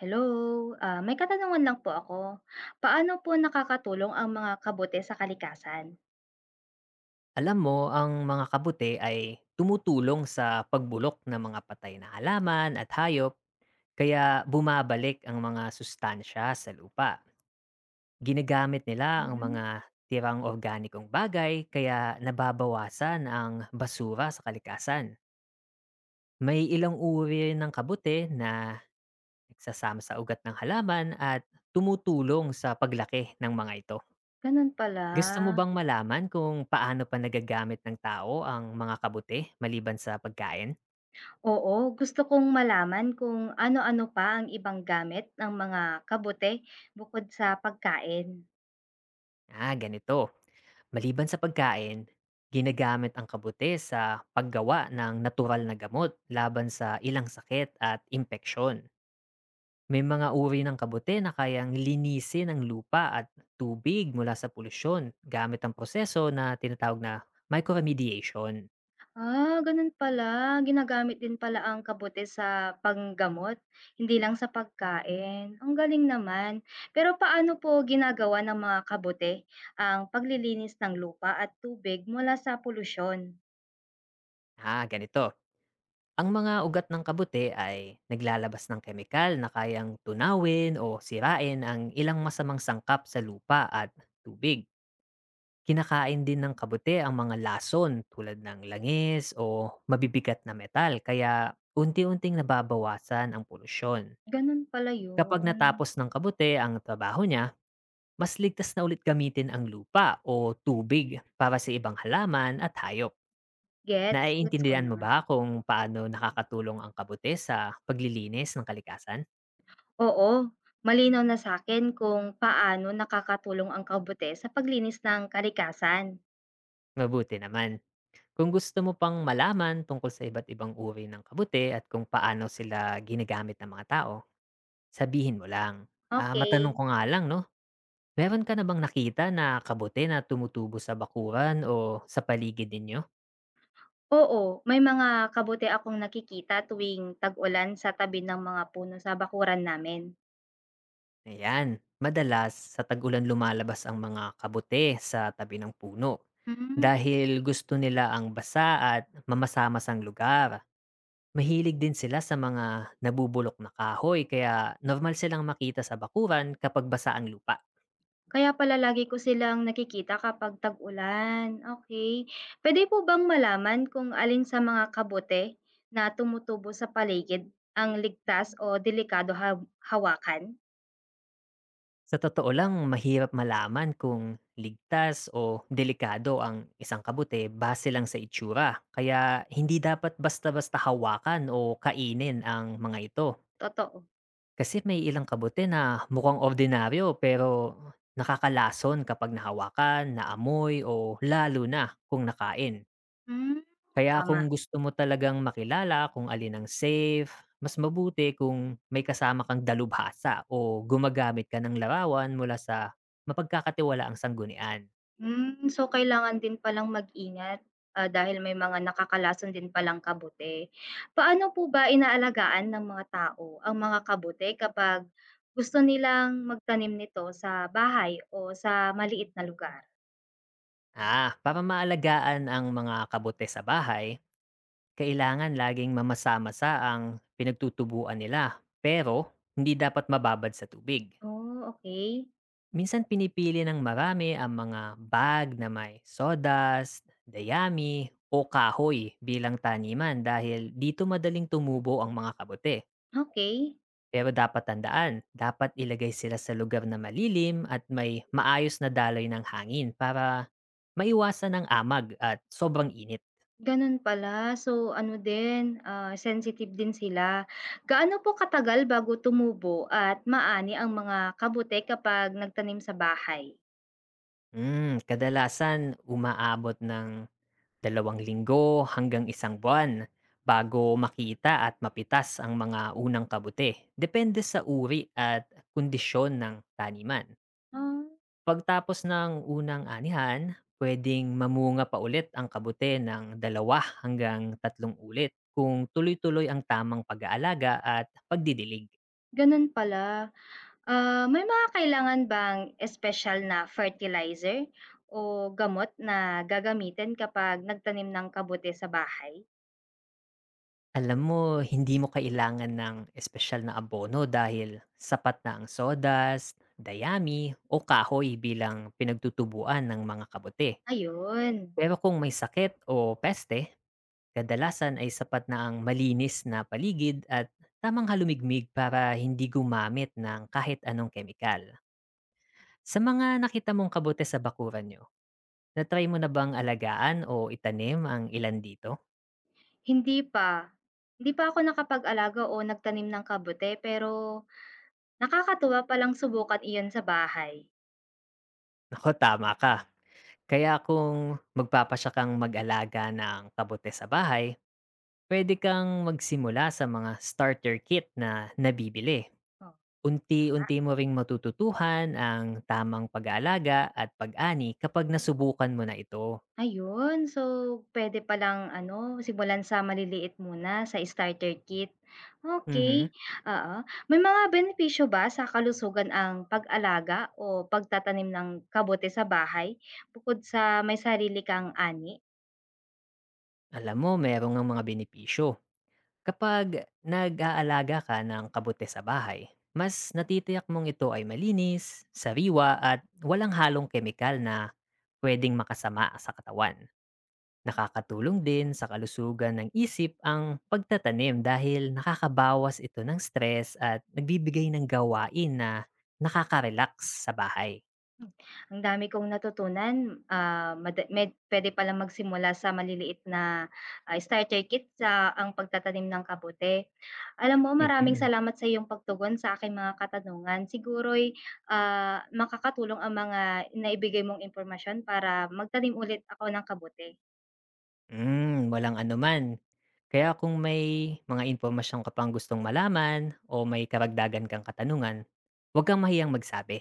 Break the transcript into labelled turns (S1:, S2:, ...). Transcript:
S1: Hello, may katanungan lang po ako. Paano po nakakatulong ang mga kabote sa kalikasan?
S2: Alam mo, ang mga kabute ay tumutulong sa pagbulok ng mga patay na halaman at hayop, kaya bumabalik ang mga sustansya sa lupa. Ginagamit nila ang
S1: Mm.
S2: mga tirang organikong bagay, kaya nababawasan ang basura sa kalikasan. May ilang uri rin ng kabute na nagsasama sa ugat ng halaman at tumutulong sa paglaki ng mga ito.
S1: Ganun pala.
S2: Gusto mo bang malaman kung paano pa nagagamit ng tao ang mga kabuti maliban sa pagkain?
S1: Oo, gusto kong malaman kung ano-ano pa ang ibang gamit ng mga kabote bukod sa pagkain.
S2: Ah, ganito. Maliban sa pagkain, ginagamit ang kabuti sa paggawa ng natural na gamot laban sa ilang sakit at impeksyon. May mga uri ng kabuti na kayang linisin ang lupa at tubig mula sa polusyon gamit ang proseso na tinatawag na microremediation.
S1: Ganun pala. Ginagamit din pala ang kabote sa panggamot, hindi lang sa pagkain. Ang galing naman. Pero paano po ginagawa ng mga kabote ang paglilinis ng lupa at tubig mula sa polusyon?
S2: Ah, ganito. Ang mga ugat ng kabuti ay naglalabas ng kemikal na kayang tunawin o sirain ang ilang masamang sangkap sa lupa at tubig. Kinakain din ng kabuti ang mga lason tulad ng langis o mabibigat na metal kaya unti-unting nababawasan ang polusyon.
S1: Ganun pala
S2: Kapag
S1: yun.
S2: natapos ng kabuti ang trabaho niya, mas ligtas na ulit gamitin ang lupa o tubig para sa ibang halaman at hayop.
S1: Gets, gets ko
S2: Naiintindihan mo
S1: na.
S2: ba kung paano nakakatulong ang kabote sa paglilinis ng kalikasan?
S1: Oo, malinaw na sa'kin kung paano nakakatulong ang kabote sa paglinis ng kalikasan.
S2: Mabuti naman. Kung gusto mo pang malaman tungkol sa iba't ibang uri ng kabute at kung paano sila ginagamit ng mga tao, sabihin mo lang. Ah, matanong
S1: Okey.
S2: ko nga lang, no? Meron ka na bang nakita na kabute na tumutubo sa bakuran o sa paligid ninyo?
S1: Oo, may mga kabote akong nakikita tuwing tag-ulan sa tabi ng mga puno sa bakuran namin.
S2: Ayan, madalas sa tag-ulan lumalabas ang mga kabute sa tabi ng puno
S1: Hmm.
S2: dahil gusto nila ang basa at mamasamasang lugar. Mahilig din sila sa mga nabubulok na kahoy kaya normal silang makita sa bakuran kapag basa ang lupa.
S1: Kaya pala lagi ko silang nakikita kapag tag-ulan, okey. Puwede po bang malaman kung alin sa mga kabote na tumutubo sa paligid ang ligtas o delikado haw hawakan?
S2: Sa totoo lang, mahirap malaman kung ligtas o delikado ang isang kabute base lang sa itsura. Kaya hindi dapat basta-basta hawakan o kainin ang mga ito.
S1: Totoo.
S2: Kasi may ilang kabute na mukhang ordinaryo pero nakakalason kapag nahawakan, naamoy o lalo na kung nakain.
S1: Hmm,
S2: Kaya kung
S1: tama.
S2: gusto mo talagang makilala kung alin ang safe, mas mabuti kung may kasama kang dalubhasa o gumagamit ka ng larawan mula sa mapagkakatiwalaang sanggunian.
S1: Hmm, so kailangan din palang mag-ingat, dahil may mga nakakalason din palang kabote. Paano po ba inaalagaan ng mga tao ang mga kabote kapag gusto nilang magtanim nito sa bahay o sa maliit na lugar?
S2: Ah, para maalagaan ang mga kabute sa bahay, kailangan laging mamasa-masa ang pinagtutubuan nila pero hindi dapat mababad sa tubig.
S1: Oh, okay.
S2: Minsan pinipili ng marami ang mga bag na may sodas, dayami, o kahoy bilang taniman dahil dito madaling tumubo ang mga kabote.
S1: okay,
S2: Pero dapat tandaan, dapat ilagay sila sa lugar na malilim at may maayos na daloy ng hangin para maiwasan ang amag at sobrang init.
S1: Gano'n pala. So ano din, sensitive din sila. Gaano po katagal bago tumubo at maani ang mga kabute kapag nagtanim sa bahay?
S2: Kadalasan umaabot ng 2 linggo hanggang 1 buwan bago makita at mapitas ang mga unang kabute. Depende sa uri at kondisyon ng taniman.
S1: Ah,
S2: Pagtapos ng unang anihan, pwedeng mamunga pa ulit ang kabute ng dalawa hanggang 3 ulit kung tuloy-tuloy ang tamang pag-aalaga at pagdidilig.
S1: Gano'n pala. May mga kailangan bang espesyal na fertilizer o gamot na gagamitin kapag nagtanim ng kabute sa bahay?
S2: Alam mo, hindi mo kailangan ng espesyal na abono dahil sapat na ang sodas, dayami, o kahoy bilang pinagtutubuan ng mga kabote.
S1: Ayun,
S2: Pero kung may sakit o peste, kadalasan ay sapat na ang malinis na paligid at tamang halumigmig para hindi gumamit ng kahit anong kemikal. Sa mga nakita mong kabote sa bakuran nyo, natry mo na bang alagaan o itanim ang ilan dito?
S1: hindi pa. Hindi pa ako nakapag-alaga o nagtanim ng kabute pero nakakatuwa palang subukan iyon sa bahay.
S2: Ako, tama ka. Kaya kung magpapasya kang mag-alaga ng kabute sa bahay, pwede kang magsimula sa mga starter kit na nabibili.
S1: Oo, tama.
S2: Unti-unti mo ring matututuhan ang tamang pag-aalaga at pag-ani kapag nasubukan mo na ito.
S1: Ayun, so pwede palang ano, simulan sa maliliit muna, sa starter kit. Okay.
S2: Mhm.
S1: Oo. May mga benepisyo ba sa kalusugan ang pag-alaga o pagtatanim ng kabote sa bahay bukod sa may sarili kang ani?
S2: Alam mo, merong ang mga benepisyo. Kapag nag-aalaga ka ng kabute sa bahay, mas natitiyak mong ito ay malinis, sariwa at walang halong kemikal na pwedeng makasama sa katawan. Nakakatulong din sa kalusugan ng isip ang pagtatanim dahil nakakabawas ito ng stress at nagbibigay ng gawain na nakaka-relax sa bahay.
S1: Ang dami kong natutunan, ah, mad- med puwede palang magsimula sa maliliit na, starter kit sa ang pagtatanim ng kamote. Alam mo maraming
S2: Mhm.
S1: salamat sa iyong pagtugon sa aking mga katanungan. Siguro'y makakatulong ang mga naibigay mong impormasyon para magtanim ulit ako ng kamote.
S2: Hmm, walang anuman. Kaya kung may mga impormasyon ka pang gustong malaman o may karagdagan kang katanungan, huwag kang mahiyang magsabi.